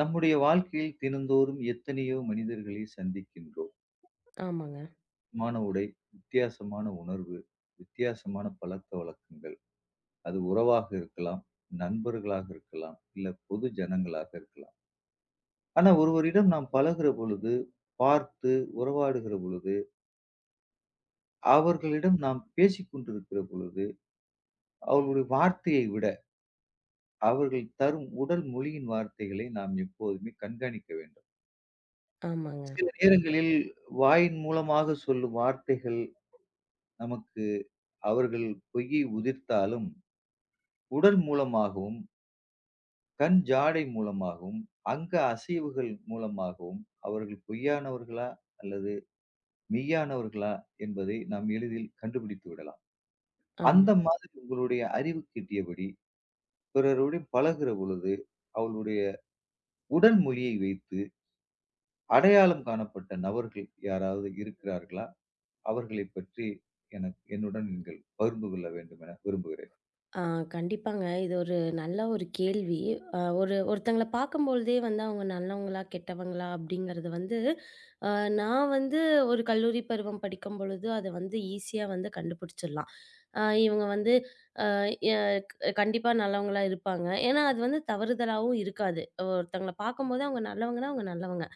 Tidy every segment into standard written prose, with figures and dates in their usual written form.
நம்முடைய வாழ்க்கையில் தினந்தோறும் எத்தனையோ மனிதர்களை சந்திக்கின்றோம். ஆமாங்க. மான உடை, வித்தியாசமான உணர்வு, வித்தியாசமான பழக்க வழக்கங்கள். அது உறவாக இருக்கலாம், நண்பர்களாக இருக்கலாம், இல்ல பொது ஜனங்களாக இருக்கலாம். ஆனா ஒருவரிடம் நாம் பழகுற பொழுது, பார்த்து உறவாடுகிற பொழுது, அவர்களிடம் நாம் பேசிக் கொண்டிருக்கிற பொழுது, அவர்களுடைய வார்த்தையை விட அவர்கள் தரும் உடல் மொழியின் வார்த்தைகளை நாம் எப்போதுமே கண்காணிக்க வேண்டும். ஆமாங்க. சில நேரங்களில் வாயின் மூலமாக சொல்லும் வார்த்தைகள் நமக்கு அவர்கள் பொய் உதிர்த்தாலும் உடல் மூலமாகவும், கண் ஜாடை மூலமாகவும், அங்க அசைவுகள் மூலமாகவும் அவர்கள் பொய்யானவர்களா அல்லது மெய்யானவர்களா என்பதை நாம் எளிதில் கண்டுபிடித்து விடலாம். ஆமா. அந்த மாதிரி உங்களுடைய அறிவுக்கு எட்டியபடி பிறருடன் பழகுற பொழுது அவளுடைய உடல் மொழியை வைத்து அடையாளம் காணப்பட்ட நபர்கள் யாராவது இருக்கிறார்களா? அவர்களைப் பற்றி எனக்கு என்னுடன் நீங்கள் பகிர்ந்து கொள்ள வேண்டும் என விரும்புகிறேன். ஆ கண்டிப்பாங்க. இது ஒரு நல்ல ஒரு கேள்வி. ஒரு ஒருத்தங்கள பார்க்கும்பொழுதே வந்து அவங்க நல்லவங்களா, கெட்டவங்களா அப்படிங்கிறது வந்து, அ நான் வந்து ஒரு கல்லூரி பருவம் படிக்கும்பொழுது, அத வந்து ஈஸியா வந்து கண்டுபிடிச்சிடலாம். இவங்க வந்து எ கண்டிப்பா நல்லவங்களா இருப்பாங்க. ஏன்னா, அது வந்து தவறுதலாவும் இருக்காது. ஒருத்தங்கள பார்க்கும்போது அவங்க நல்லவங்கன்னா, அவங்க நல்லவங்க.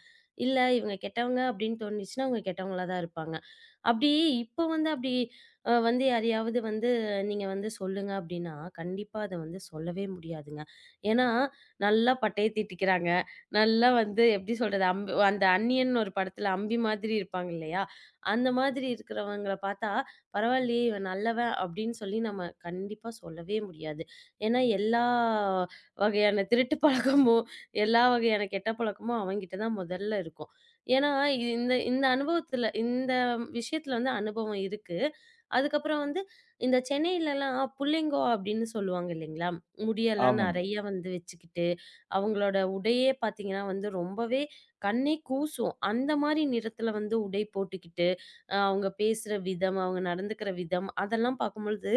இல்ல இவங்க கெட்டவங்க அப்படின்னு தோணுச்சுன்னா, அவங்க கெட்டவங்களா தான் இருப்பாங்க. அப்படி இப்ப வந்து அப்படி வந்து யாரையாவது வந்து நீங்க வந்து சொல்லுங்க அப்படின்னா, கண்டிப்பா அத வந்து சொல்லவே முடியாதுங்க. ஏன்னா, நல்லா பட்டைய தீட்டிக்கிறாங்க. நல்லா வந்து எப்படி சொல்றது? அம்பு அந்த அந்நியன் ஒரு படத்துல அம்பி மாதிரி இருப்பாங்க இல்லையா? அந்த மாதிரி இருக்கிறவங்கள பார்த்தா பரவாயில்லையே! இவன் நல்லவன் அப்படின்னு சொல்லி நம்ம கண்டிப்பா சொல்லவே முடியாது. ஏன்னா எல்லா வகையான திருட்டு பழக்கமும், எல்லா வகையான கெட்ட பழக்கமும் அவன்கிட்ட தான் முதல்ல இருக்கும். ஏன்னா இந்த இந்த அனுபவத்துல இந்த விஷயத்துல வந்து அனுபவம் இருக்கு. அதுக்கப்புறம் வந்து இந்த சென்னையிலலாம் புள்ளிங்கோ அப்படின்னு சொல்லுவாங்க இல்லைங்களா? முடியெல்லாம் ஆமாங்க. நெறைய வந்து வச்சுக்கிட்டு, அவங்களோட உடையே பார்த்தீங்கன்னா வந்து ரொம்பவே கண்ணே கூசும். அந்த மாரி நிறத்துல வந்து உடை போட்டுக்கிட்டு, அவங்க பேசுற விதம், அவங்க நடந்துக்கிற விதம், அதெல்லாம் பார்க்கும்பொழுது,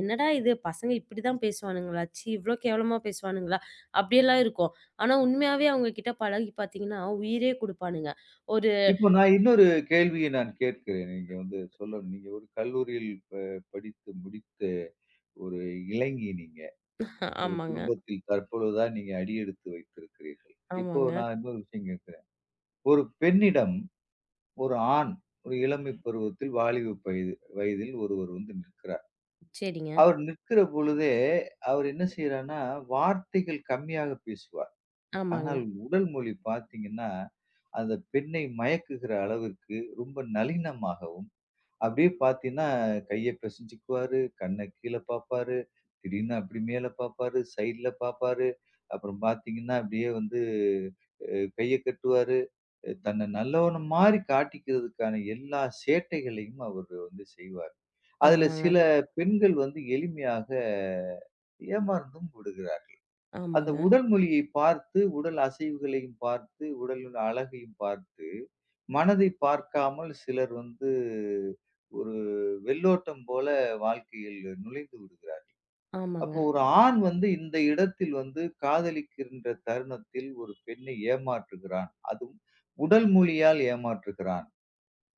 "என்னடா இது பசங்க இப்படிதான் பேசுவானுங்களா? ச்சீ! இவ்ளோ கேவலமா பேசுவானுங்களா?" அப்படியெல்லாம் இருக்கும். ஆனா உண்மையாவே அவங்க கிட்ட பழகி பார்த்தீங்கன்னா, உயிரே குடுப்பானுங்க. ஒரு இப்போ நான் இன்னொரு கேள்வியை கேட்கிறேன். நீங்க வந்து சொல்லணும். நீங்க ஒரு கல்லூரியில் ப படித்து முடித்த ஒரு இளைஞி நீங்க. உங்க ஆமாங்க, குடும்பத்தில் தற்பொழுதுதான் நீங்க அடியெடுத்து வைத்திருக்கிறீர்கள். இப்போ ஆமாங்க. நான் இன்னொரு விஷயம் கேட்கிறேன். ஒரு பெண்ணிடம் ஒரு ஆண் ஒரு இளமை பருவத்தில் வாலிப வயதில் ஒருவர் வந்து நிற்கிறார். சரிங்க. அவர் நிற்கிற பொழுதே அவர் என்ன செய்றார்ன்னா, வார்த்தைகள் கம்மியாக பேசுவார். ஆமாங்க, ஆனால் உடல் மொழி பார்த்தீங்கன்னா, அந்த பெண்ணை மயக்குகிற அளவிற்கு ரொம்ப நளினமாகவும் அப்படியே பார்த்தீன்னா, கைய பிசைஞ்சுக்குவாரு, கண்ண கீழ பார்ப்பாரு, திடீர்னு அப்படி மேல பார்ப்பாரு, சைடுல பார்ப்பாரு. அப்புறம் பார்த்தீங்கன்னா, அப்படியே வந்து கைய கட்டுவாரு. தன்னை நல்லவன மாரி காட்டிக்கிறதுக்கான எல்லா சேட்டைகளையும் அவரு வந்து செய்வார். அதுல ஆமாங்க, சில பெண்கள் வந்து எளிமையாக ஏமாந்தும் விடுகிறார். அந்த ஆமாங்க, உடல் மொழியை பார்த்து, உடல் அசைவுகளையும் பார்த்து, உடலின் அழகையும் பார்த்து மனதை பார்க்காமல் சிலர் வந்து ஒரு வெள்ளோட்டம் போல வாழ்க்கையில் நுழைந்து விடுகிறார். ஆமாங்க, அப்போ ஒரு ஆண் வந்து இந்த இடத்தில் வந்து காதலிக்கின்ற தருணத்தில் ஒரு பெண்ணை ஏமாற்றுகிறான். அதுவும் உடல் மொழியால் ஏமாற்றுகிறான்.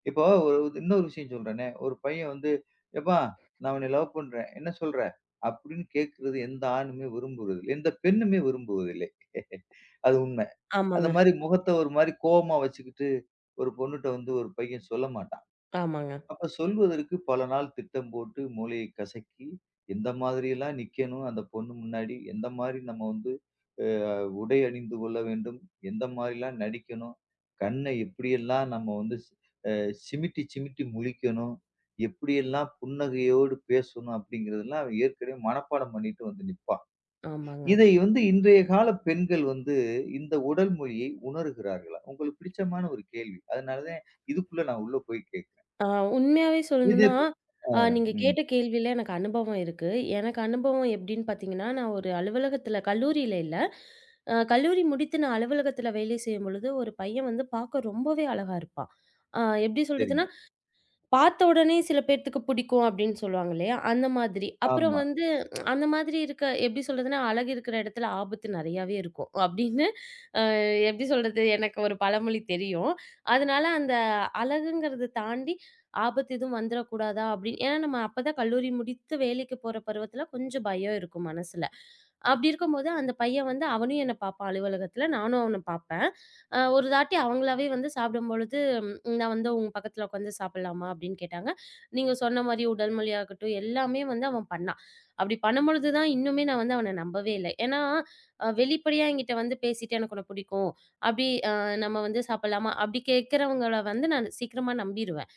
இப்போ இன்னொரு விஷயம் சொல்றேனே, ஒரு பையன் வந்து, "எப்பா நான் உன்னை லவ் பண்றேன். என்ன சொல்ற?" அப்படின்னு கேட்கிறது எந்த ஆணுமே விரும்புவதில்லை. எந்த பெண்ணுமே விரும்புவதில்லை. அது உண்ம. அந்த ஆமாங்க, மாரி முகத்த ஒரு மாரி கோவமா வச்சுக்கிட்டு, ஒரு பொண்ணுட்ட வந்து ஒரு பையன் சொல்ல மாட்டான். ஆமாங்க, அப்ப சொல்வதற்கு பல நாள் திட்டம் போட்டு மூளையை கசக்கி, எந்த மாதிரியெல்லாம் நிக்கணும் அந்த பொண்ணு முன்னாடி, எந்த மாரி நம்ம வந்து அ உடை அணிந்து கொள்ள வேண்டும், எந்த மாரிலாம் நடிக்கணும், கண்ண எப்படியெல்லாம் நம்ம வந்து சி அ சிமிட்டி சிமிட்டி முழிக்கணும், எப்படியெல்லாம் புன்னகையோடு பேசணும் அப்படிங்கிறதெல்லாம் அவன் ஏற்கனவே மனப்பாடம் பண்ணிட்டு வந்து நிப்பான். ஆமாங்க. இதை வந்து இன்றைய கால பெண்கள் வந்து இந்த உடல் மொழியை உணர்கிறார்களா? உங்களுக்கு பிடிச்சமான ஒரு கேள்வி. அதனால தான் இதுக்குள்ள நான் உள்ள போய் கேட்கிறேன். ஆ உண்மையாவே இது சொல்லணும்னா, நீங்க ம். கேட்ட கேள்வியில எனக்கு அனுபவம் இருக்கு. எனக்கு அனுபவம் எப்படின்னு பார்த்தீங்கன்னா, நான் ஒரு அலுவலகத்தில கல்லூரியில இல்ல. கல்லூரி முடித்து நான் அலுவலகத்தில வேலை செய்யும்பொழுது, ஒரு பையன் வந்து பார்க்க ரொம்பவே அழகா இருப்பான். அ எப்படி சொல்றதுன்னா, சரிங்க. பார்த்த உடனே சில பேத்துக்கு பிடிக்கும் அப்படின்னு சொல்லுவாங்க இல்லையா? அந்த மாதிரி. அப்புறம் ஆமா. வந்து அந்த மாதிரி இருக்க எப்படி சொல்றதுன்னா, அழகு இருக்கிற இடத்துல ஆபத்து நெறையாவே இருக்கும். அப்படின்னு எப்படி சொல்றது? எனக்கு ஒரு பழமொழி தெரியும். அதனால அந்த அழகுங்கிறத தாண்டி ஆபத்து எதுவும் வந்துறக்கூடாதா அப்படின்னு ஏன்னா நம்ம அப்பதான் கல்லூரி முடித்து வேலைக்கு போற பருவத்தில கொஞ்சம் பயம் இருக்கும் மனசுல. அப்படி இருக்கும்போது அந்த பையன் வந்து அவனும் என்ன பார்ப்பான் அலுவலகத்தில. நானும் அவன பார்ப்பேன். ஒரு தாட்டி அவங்களாவே வந்து சாப்பிடும்பொழுது, "நான் வந்து உங்க பக்கத்தில உட்காந்து சாப்பிடலாமா?" அப்படின்னு கேட்டாங்க. நீங்க சொன்ன மாரி உடல் மொழியாகட்டும், எல்லாமே வந்து அவன் பண்ணான். அப்படி பண்ணும்பொழுது தான் இன்னுமே நான் வந்து அவன நம்பவே இல்ல. ஏன்னா வெளிப்படையா என்கிட்ட வந்து பேசிட்டு எனக்கு உன்ன பிடிக்கும். அப்படி நம்ம வந்து சாப்பிடலாமா? அப்படி கேட்கிறவங்கள வந்து நான் சீக்கிரமா நம்பிருவேன்.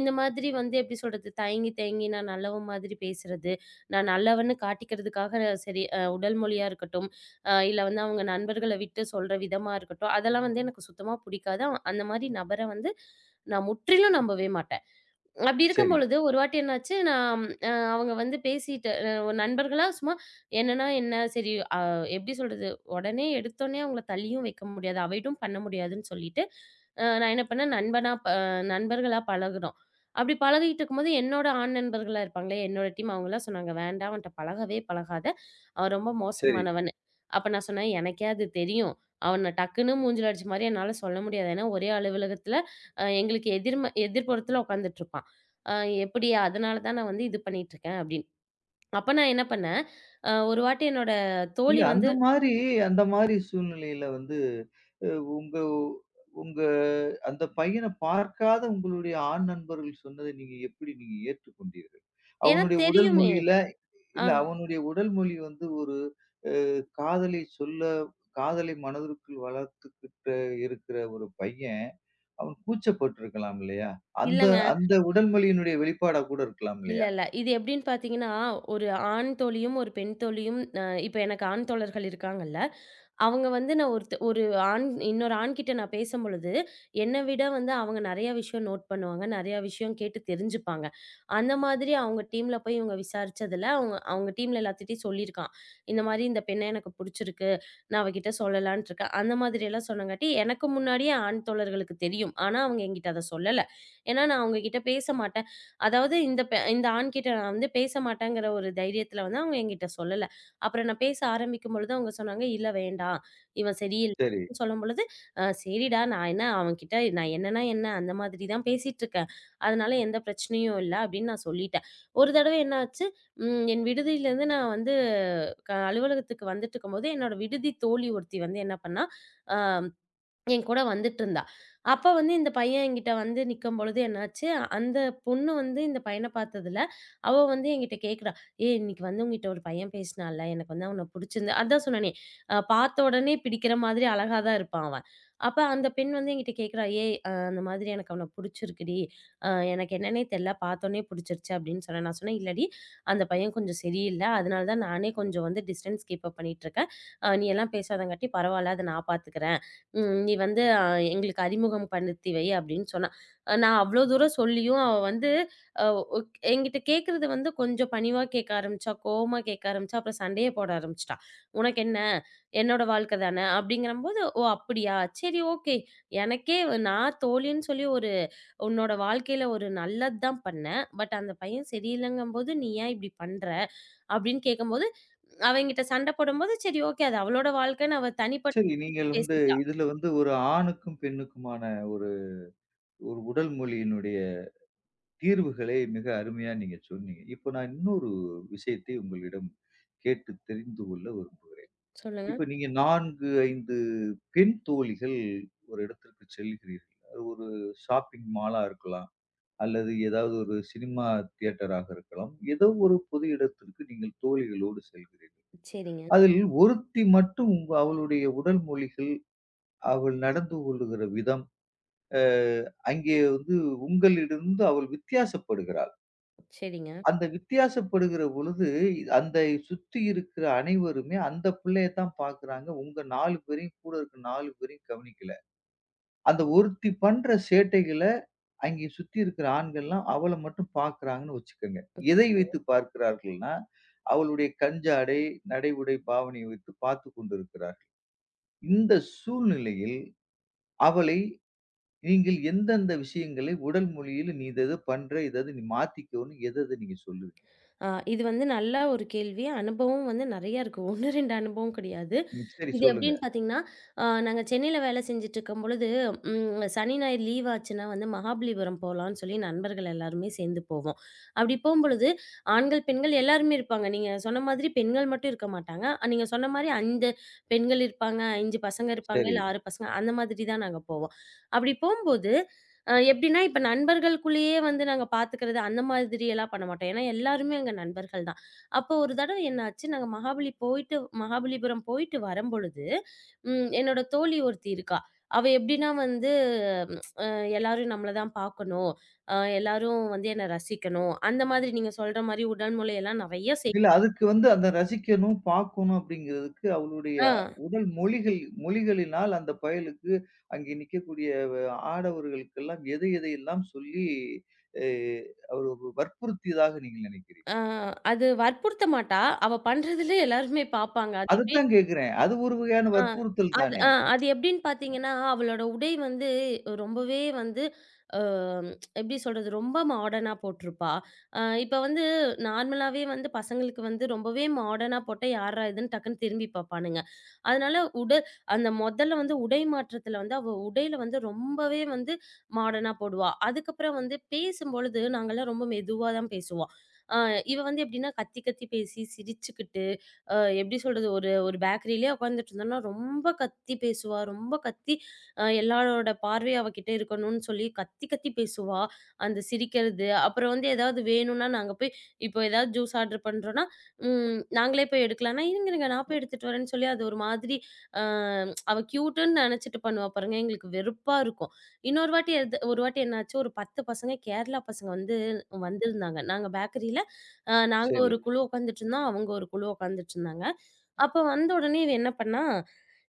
இந்த மாதிரி வந்து எப்படி சொல்றது? தயங்கி தயங்கி நான் நல்லவன் மாதிரி பேசுறது, நான் நல்லவன்னு காட்டிக்கிறதுக்காக சரி உடல் மொழியா இருக்கட்டும், இல்ல வந்து அவங்க நண்பர்கள விட்டு சொல்ற விதமா இருக்கட்டும், அதெல்லாம் வந்து எனக்கு சுத்தமா பிடிக்காது. அந்த மாரி நபர வந்து நான் முற்றிலும் நம்பவே மாட்டேன். அப்படி இருக்கும் சரி, பொழுது ஒரு வாட்டி என்னாச்சு, நான் அவங்க வந்து பேசிட்டு ஒரு நண்பர்களா சும்மா என்னன்னா என்ன, சரி அ எப்படி சொல்றது? உடனே எடுத்தோனே அவங்கள தள்ளியும் வைக்க முடியாது. அவாய்டும் பண்ண முடியாதுன்னு சொல்லிட்டு, நான் என்ன பண்ணேன், நண்பர்களா பழகுனோம். அப்படி பழகிட்டு இருக்கும்போது என்னோட ஆண் நண்பர்களா இருப்பாங்களே, என்னோட டீம் அவங்கலாம் சொன்னாங்க, "வேண்டாம் அவன்ட்ட பழகவே பழகாத. அவன் ரொம்ப சரி. மோசமானவன்னு." அப்ப நான் சொன்னேன், "எனக்கே அது தெரியும். அவன டக்குன்னு மூஞ்சில அடிச்ச மாரி என்னால சொல்ல முடியாது. ஏன்னா ஒரே அலுவலகத்தில எங்களுக்கு எதிர்புறத்தில உட்காந்துட்டுருப்பான்." அ எப்படி அதனால தான் நான் வந்து இது பண்ணிட்டுருக்கேன் அப்படின்னு. அப்ப நான் என்ன பண்ணேன், ஒரு வாட்டி என்னோட இல்ல தோழி வந்து அந்த மாரி சூழ்நிலையில வந்து அ உங்க உங்க அந்த பையன பார்க்காத உங்களுடைய ஆண் நண்பர்கள் சொன்னதை நீங்க எப்படி ஏற்றுக்கொண்டீர்கள்? ஏன்னா அவனுடைய உடல் தெரியுமே. மொழியில ஆ இல்ல அவனுடைய உடல் மொழி வந்து ஒரு காதலை சொல்ல காதலை மனதிற்குள் வளர்த்துக்கிட்டு இருக்கிற ஒரு பையன், அவன் கூச்சப்பட்டுருக்கலாம் இல்லையா? அந்த இல்லங்க. அந்த உடல் மொழியினுடைய வெளிப்பாடா கூட இருக்கலாம் இல்ல, இல்லையா? இல்ல. இது எப்படின்னு பார்த்தீங்கன்னா, ஒரு ஆண் தோழியும், ஒரு பெண் தோழியும் இப்ப எனக்கு ஆண் தோழர்கள் இருக்காங்கல்ல. அவங்க வந்து நான் ஒரு ஆண் இன்னொரு ஆண்கிட்ட நான் பேசும்பொழுது, என்ன விட வந்து அவங்க நெறைய விஷயம் நோட் பண்ணுவாங்க. நெறைய விஷயம் கேட்டு தெரிஞ்சுப்பாங்க. அந்த மாதிரி அவங்க டீம்ல போய் இவங்க விசாரிச்சதுல, அவங்க அவங்க டீம்ல எல்லாத்துட்டயும் சொல்லியிருக்கான். இந்த மாரி இந்த பெண்ண எனக்கு புடிச்சிருக்கு. நான் அவகிட்ட சொல்லலான்ட்டு இருக்கேன். அந்த மாதிரியெல்லாம் சொன்னங்காட்டி, எனக்கு முன்னாடியே ஆண் தோழர்களுக்கு தெரியும். ஆனா அவங்க என்கிட்ட அத சொல்லல. ஏன்னா நான் அவங்க கிட்ட பேச மாட்டேன். அதாவது இந்த ஆண்கிட்ட நான் வந்து பேச மாட்டேங்கிற ஒரு தைரியத்துல வந்து அவங்க என்கிட்ட சொல்லல. அப்புறம் நான் பேச ஆரம்பிக்கும் பொழுது அவங்க சொன்னாங்க, "இல்ல வேண்டாம். இவன் சரியில்ல." சரி. சொல்லும் பொழுது, சரிடா நான் என்ன அவன்கிட்ட நான் என்னன்னா என்ன அந்த மாதிரி தான் பேசிட்டுருக்கேன். அதனால எந்த பிரச்சனையும் இல்ல." அப்படின்னு நான் சொல்லிட்டேன். ஒரு தடவ என்ன ஆச்சு, என் விடுதியிலேருந்து நான் வந்து அலுவலகத்துக்கு வந்துட்டுருக்கும்போது, என்னோட விடுதி தோழி ஒருத்தி வந்து என்ன பண்ணா, அ என் கூட வந்துட்டுருந்தா. அப்ப வந்து இந்த பையன் என்கிட்ட வந்து நிக்கும்பொழுது என்னாச்சு, அந்த பொண்ணு வந்து இந்த பையன பார்த்ததுல, அவ வந்து என்கிட்ட கேட்குறா, "ஏய்! இன்னைக்கு வந்து உன்கிட்ட ஒரு பையன் பேசினான்ல, எனக்கு வந்து அவன புடிச்சிருந்து" அதான் சொன்னனே, பார்த்த உடனே பிடிக்கிற மாதிரி அழகா தான் இருப்பான் அவன். அப்ப அந்த பெண் வந்து என்கிட்ட கேட்குறா, "ஏய்! அந்த மாதிரி எனக்கு அவன புடிச்சிருக்குடி. அ எனக்கு என்னன்னே தெர்ல, பார்த்தோனே புடிச்சிருச்சு" அப்படின்னு சொன்னேன். நான் சொன்னேன், "இல்லடி, அந்த பையன் கொஞ்சம் சரியில்ல. அதனால தான் நானே கொஞ்சம் வந்து டிஸ்டன்ஸ் கீப்பப் பண்ணிட்டுருக்கேன். நீ எல்லாம் பேசாதங்காட்டி பரவால்ல, அத நான் பார்த்துக்கிறேன்." ம். "நீ வந்து எங்களுக்கு அறிமுகம் படுத்தி வை" அப்படின்னு சொன்னா. நான் அவ்ளோ தூரம் சொல்லியும் அவ வந்து அ என்கிட்ட கேட்கறது வந்து கொஞ்சம் பணிவா கேட்க ஆரம்பிச்சா, கோவமா கேட்க ஆரம்பிச்சா, அப்புறம் சண்டையே போட ஆரம்பிச்சுட்டா. "உனக்கு என்ன? என்னோட வாழ்க்கை தானே!" அப்படிங்கிறம்போது, "ஓ! அப்படியா? சரி ஓகே. நான் தோழின்னு சொல்லி ஒரு உன்னோட வாழ்க்கையில ஒரு நல்லது தான் பண்ணேன். பட் அந்த பையன் சரியில்லைங்கும்போது, நீ ஏன் இப்படி பண்ற?" அப்படின்னு கேட்கும்போது, அவ என்கிட்ட சண்டை போடும்போது, சரி ஓகே அது அவளோட வாழ்க்கைன்னு அவ தனிப்பட்டு சரி பிரிச்சு நீங்கள் வந்து பேசிட்டா. இதுல வந்து ஒரு ஆணுக்கும், பெண்ணுக்குமான ஒரு ஒரு உடல் மொழியினுடைய தீர்வுகளை மிக அருமையா நீங்க சொன்னீங்க. இப்போ நான் இன்னொரு விஷயத்தை உங்களிடம் கேட்டு தெரிந்து கொள்ள விரும்புறேன். சொல்லுங்க. இப்ப நீங்க 4, 5 பெண் தோழிகள் ஒரு இடத்திற்கு செல்கிறீர்கள். அது ஒரு ஷாப்பிங் மாலா இருக்கலாம். அல்லது ஏதாவது ஒரு சினிமா தியேட்டராக இருக்கலாம். ஏதோ ஒரு பொது இடத்திற்கு நீங்கள் தோழிகளோடு செல்கிறீர்கள். சரிங்க, அதில் ஒருத்தி மட்டும் அவளுடைய உடல் மொழிகள், அவள் நடந்து கொள்ளுகிற விதம், அ அங்கே வந்து உங்களிடமிருந்து அவள் வித்தியாசப்படுகிறாள். சரிங்க. அந்த வித்தியாசப்படுகிற பொழுது, அந்த சுத்தி இருக்கிற அனைவருமே அந்த பிள்ளைய தான் பார்க்குறாங்க. உங்க 4 பேரையும் கூட இருக்க 4 பேரையும் கவனிக்கல. அந்த ஒருத்தி பண்ற சேட்டைகள, அங்கே சுத்தி இருக்கிற ஆண்கள்லாம் அவள மட்டும் பார்க்கிறாங்கன்னு வச்சுக்கங்க. எதை வைத்து பார்க்கிறார்கள்னா, அவளுடைய கண் ஜாடை, நடை, உடை, பாவனையை வைத்து பார்த்துக் கொண்டிருக்கிறார். இந்த சூழ்நிலையில் அவளை நீங்கள் எந்தெந்த விஷயங்களை உடல் மொழியில, "நீ இத இத பண்ற, இத இத நீ மாத்திக்கோன்னு" எத எத நீங்க சொல்லுவீங்க? அ இது வந்து நல்ல ஒரு கேள்வி. அனுபவம் வந்து நெறைய இருக்கு. 1, 2 அனுபவம் கிடையாது. ம். சரி இது சொல்லுங்க. எப்படின்னு பார்த்தீங்கன்னா, நாங்க சென்னையில வேலை செஞ்சுட்டுருக்கும் பொழுது, சனி, ஞாயிறு லீவ் ஆச்சுன்னா வந்து மகாபலிபுரம் போலான்னு சொல்லி நண்பர்கள் எல்லாருமே சேர்ந்து போவோம். அப்படி போம்பொழுது ஆண்கள், பெண்கள் எல்லாருமே இருப்பாங்க. நீங்க சொன்ன மாதிரி பெண்கள் மட்டும் இருக்க மாட்டாங்க. நீங்க சொன்ன மாரி 5 பெண்கள் இருப்பாங்க, 5 பசங்க இருப்பாங்க, சரி. இல்ல 6 பசங்க அந்த மாதிரி தான் நாங்க போவோம். அப்படி போம்போது எப்படின்னா, இப்ப நண்பர்களுக்குள்ளேயே வந்து நாங்க பார்த்துக்கிறது அந்த மாதிரி எல்லாம் பண்ண மாட்டோம். ஏன்னா எல்லாருமே அங்க நண்பர்கள் அப்போ ஒரு தடவ என்னாச்சு, நாங்க மகாபலி போயிட்டு மகாபலிபுரம் போயிட்டு வரும்பொழுது, என்னோட தோழி ஒருத்தி இருக்கா. அவ எப்படின்னா வந்து, எல்லாரும் நம்மள தான் பார்க்கணும். எல்லாரும் வந்து என்ன ரசிக்கணும். அந்த மாதிரி நீங்க சொல்ற மாரி உடல் மொழியெல்லாம் நெறைய செய் இல்ல அதுக்கு வந்து அந்த ரசிக்கணும், பார்க்கணும் அப்படிங்கிறதுக்கு அவளுடைய ஆ, உடல் மொழிகளினால் அந்த பயலுக்கு அங்கே நிக்கக்கூடிய ஆடவர்களுக்கெல்லாம் எதை எதையெல்லாம் சொல்லி அ அவரு வற்புறுத்தியதாக நீங்கள் நினைக்கிறீங்க? ஆ அது வற்புறுத்த மாட்டா. அவ பண்றதுல எல்லாருமே பார்ப்பாங்க. அது எப்படியே அதத்தான் கேட்கிறேன். அது ஒரு வகையான ஆ. வற்புறுத்தல் அது தானே! ஆ அது எப்படின்னு பார்த்தீங்கன்னா, அவளோட உடை வந்து ரொம்பவே வந்து அ எப்படி சொல்றது? ரொம்ப மாடர்னா போட்டிருப்பா. இப்ப வந்து நார்மலாவே வந்து பசங்களுக்கு வந்து ரொம்பவே மாடர்னா போட்டா, யார்ரா இதுன்னு டக்குன்னு திரும்பி பார்ப்பானுங்க. அதனால உடை அந்த மொதல்ல வந்து உடை மாற்றத்துல வந்து அவ உடையில வந்து ரொம்பவே வந்து மாடர்னா போடுவா. அதுக்கப்புறம் வந்து பேசும்பொழுது நாங்கலாம் ரொம்ப மெதுவா தான் பேசுவோம். அ இவ வந்து எப்படின்னா, கத்தி கத்தி பேசி சிரிச்சுக்கிட்டு அ எப்படி சொல்றது? ஒரு ஒரு பேக்கரியிலயே உட்காந்துட்டு இருந்தோம்னா, ரொம்ப கத்தி பேசுவா. ரொம்ப கத்தி எல்லாரோட பார்வையும் அவகிட்ட இருக்கணும்னு சொல்லி கத்தி கத்தி பேசுவா. அந்த சிரிக்கிறது, அப்புறம் வந்து ஏதாவது வேணும்னா நாங்க போய் இப்போ ஏதாவது ஜூஸ் ஆர்டர் பண்றோம்னா, நாங்களே போய் எடுக்கலாம்னா, "இருங்க இருங்க நான் போய் எடுத்துட்டு வரேன்னு" சொல்லி அது ஒரு மாதிரி அ அவ கியூட்டுன்னு நெனச்சுட்டு பண்ணுவா பாருங்க. எங்களுக்கு வெறுப்பா இருக்கும். இன்னொரு வாட்டி எது ஒரு வாட்டி என்னாச்சு, ஒரு 10 பசங்க கேரளா பசங்க வந்து வந்திருந்தாங்க. நாங்க பேக்கரியில நாங்க சரி, ஒரு குழு உட்காந்துட்டு இருந்தோம். அவங்க ஒரு குழு உட்காந்துட்டு இருந்தாங்க. அப்ப வந்த உடனே இவ என்ன பண்ணா,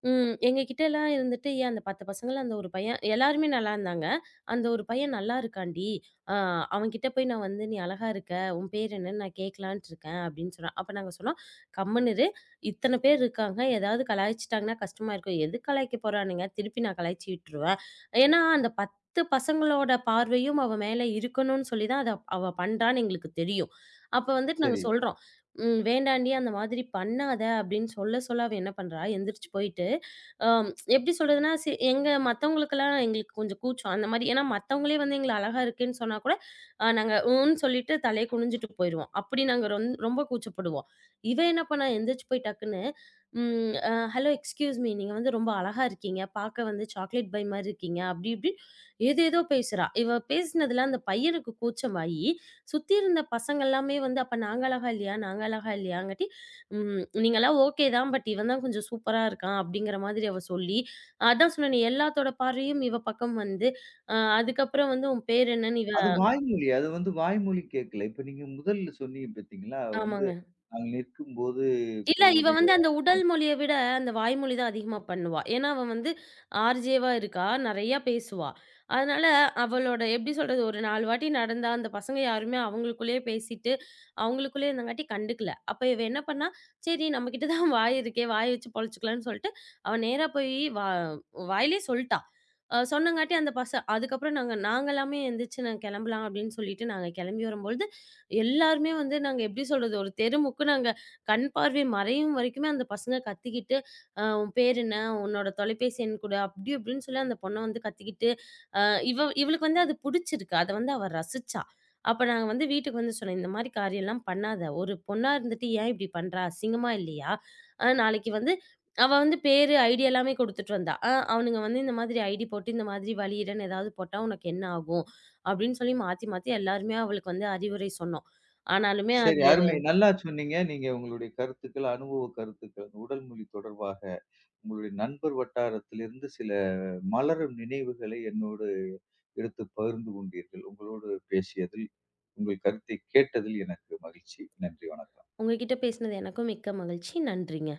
எங்க கிட்டலாம் இருந்துட்டு, "ஏன் அந்த 10 பசங்கள்ல அந்த ஒரு பையன் எல்லாருமே நல்லா இருந்தாங்க. அந்த ஒரு பையன் நல்லா இருக்கான்டி. அ அவன்கிட்ட போய் நான் வந்து நீ அழகா இருக்க. உன் பேர் என்னன்னு நான் கேட்கலான்ட்டு இருக்கேன்." அப்படின்னு சொன்னா. அப்ப நாங்க சொன்னோம், "கம்முனு இரு. இத்தன பேர் இருக்காங்க. ஏதாவது கலாய்ச்சுட்டாங்கன்னா கஷ்டமா இருக்கும். எதுக்கு கலாய்க்க போறானுங்க? திருப்பி நான் கலாய்ச்சு விட்டுருவேன்." ஏன்னா அந்த 10 பசங்களோட பார்வையும் அவ மேல இருக்கணும்னு சொல்லி தான் அத அவ பண்றான்னு எங்களுக்கு தெரியும். அப்ப வந்துட்டு நாங்க சரி. சொல்றோம். ம். "வேண்டாண்டி அந்த மாதிரி பண்ணாத" அப்படின்னு சொல்ல, சொல்ல அவ என்ன பண்றா, எந்திரிச்சு போயிட்டு, அம் எப்படி சொல்றதுன்னா, எங்க மத்தவங்களுக்கெல்லாம் எங்களுக்கு கொஞ்சம் கூச்சம். அந்த மாரி ஏன்னா மத்தவங்களே வந்து எங்கள அழகா இருக்குன்னு சொன்னா கூட, நாங்க "ம்ன்னு" சொல்லிட்டு தலைய குனிஞ்சுட்டு போயிருவோம். அப்படி நாங்க ரொம்ப கூச்சப்படுவோம். இவ என்ன பண்ணா, எந்திரிச்சு போய் டக்குன்னு, ம் அ "ஹலோ எக்ஸ்கியூஸ் மீ, நீங்க வந்து ரொம்ப அழகா இருக்கீங்க. பார்க்க வந்து சாக்லேட் பாய் மாரி இருக்கீங்க" அப்படி இப்படி ஏதேதோ பேசுறா. இவ பேசினதுல அந்த பையனுக்கு கூச்சமாயி, சுத்தி இருந்த பசங்க எல்லாமே வந்து, "அப்ப நாங்க அழகா இல்லையா? நாங்க அழகா இல்லையாங்காட்டி, நீங்கலாம் ஓகே தான். பட் இவன் தான் கொஞ்சம் சூப்பரா இருக்கான்." அப்படிங்கிற மாதிரி அவ சொல்லி, அதான் சொன்னேனே எல்லாத்தோட பார்வையும் இவ பக்கம் வந்து, அதுக்கப்புறம் வந்து, "உன் பேர் என்னன்னு?" இவ அது வாய்மொழி. அது வந்து வாய்மொழி கேட்கல. இப்ப நீங்க முதல்ல சொன்னீங்க பார்த்தீங்களா? வந்து ஆமாங்க. நாங்க நிற்கும்போது இல்ல, இவ இவருடைய வந்து அந்த உடல் மொழிய விட, அந்த வாய்மொழி தான் அதிகமா பண்ணுவா. ஏன்னா, அவ வந்து ஆர்ஜேவா இருக்கா. நெறையா பேசுவா. அதனால அவளோட எப்படி சொல்றது, ஒரு 4 வாட்டி நடந்தா, அந்த பசங்க யாருமே அவங்களுக்குள்ளேயே பேசிட்டு, அவங்களுக்குள்ளேயே இருந்தங்காட்டி கண்டுக்கல. அப்ப இவ என்ன பண்ணா, சரி நம்ம கிட்ட தான் வாய் இருக்கே, வாய வச்சு பொழச்சுக்கலாம்ன்னு சொல்லிட்டு, அவ நேரா போய் வா வாயிலேயே சொல்ட்டா. சொன்னங்காட்டி அந்த பச அதுக்கப்புறம் நாங்க நாங்க எல்லாமே எந்திரிச்சு நாங்க கெளம்பலாம் அப்படின்னு சொல்லிட்டு, நாங்க கெளம்பி வரும்பொழுது, எல்லாருமே வந்து நாங்க எப்படி சொல்றது, ஒரு தெருமுக்கு நாங்க கண் பார்வை மறையும் வரைக்குமே அந்த பசங்க கத்திக்கிட்டு, உன் பேர் என்ன? உன்னோட தொலைபேசி எண் குடு" அப்படி இப்படின்னு சொல்லி அந்த பொண்ண வந்து கத்திக்கிட்டு, அ இவளுக்கு வந்து அது புடிச்சிருக்கு. அத வந்து அவ ரசிச்சா. அப்ப நாங்க வந்து வீட்டுக்கு வந்து சொன்னோம், "இந்த மாரி காரியம்லாம் பண்ணாத. ஒரு பொண்ணா இருந்துட்டு ஏன் இப்படி பண்றா? அசிங்கமா இல்லையா? நாளைக்கு வந்து" அவ வந்து பேரு, ஐடி எல்லாமே குடுத்துட்டு வந்தா. அவனுங்க வந்து இந்த மாதிரி ஐடி போட்டு, இந்த மாதிரி வலீடன்னு ஏதாவது போட்டா உனக்கு என்ன ஆகும்?" அப்படின்னு சொல்லி மாத்தி மாத்தி எல்லாருமே அவளுக்கு வந்து அறிவுரை சொன்னோம். ஆனாலுமே சரி அது அருமை. நல்லா சொன்னீங்க. நீங்க உங்களுடைய கருத்துக்கள், அனுபவ கருத்துக்கள் அந்த உடல் மொழி தொடர்பாக உங்களுடைய நண்பர் வட்டாரத்திலிருந்து சில மலரும் நினைவுகளை என்னோடு எடுத்து பகிர்ந்து கொண்டீர்கள். உங்களோடு பேசியதில், உங்கள் கருத்தை கேட்டதில் எனக்கு மகிழ்ச்சி. நன்றி, வணக்கம். உங்ககிட்ட பேசினது எனக்கும் மிக்க மகிழ்ச்சி. நன்றிங்க.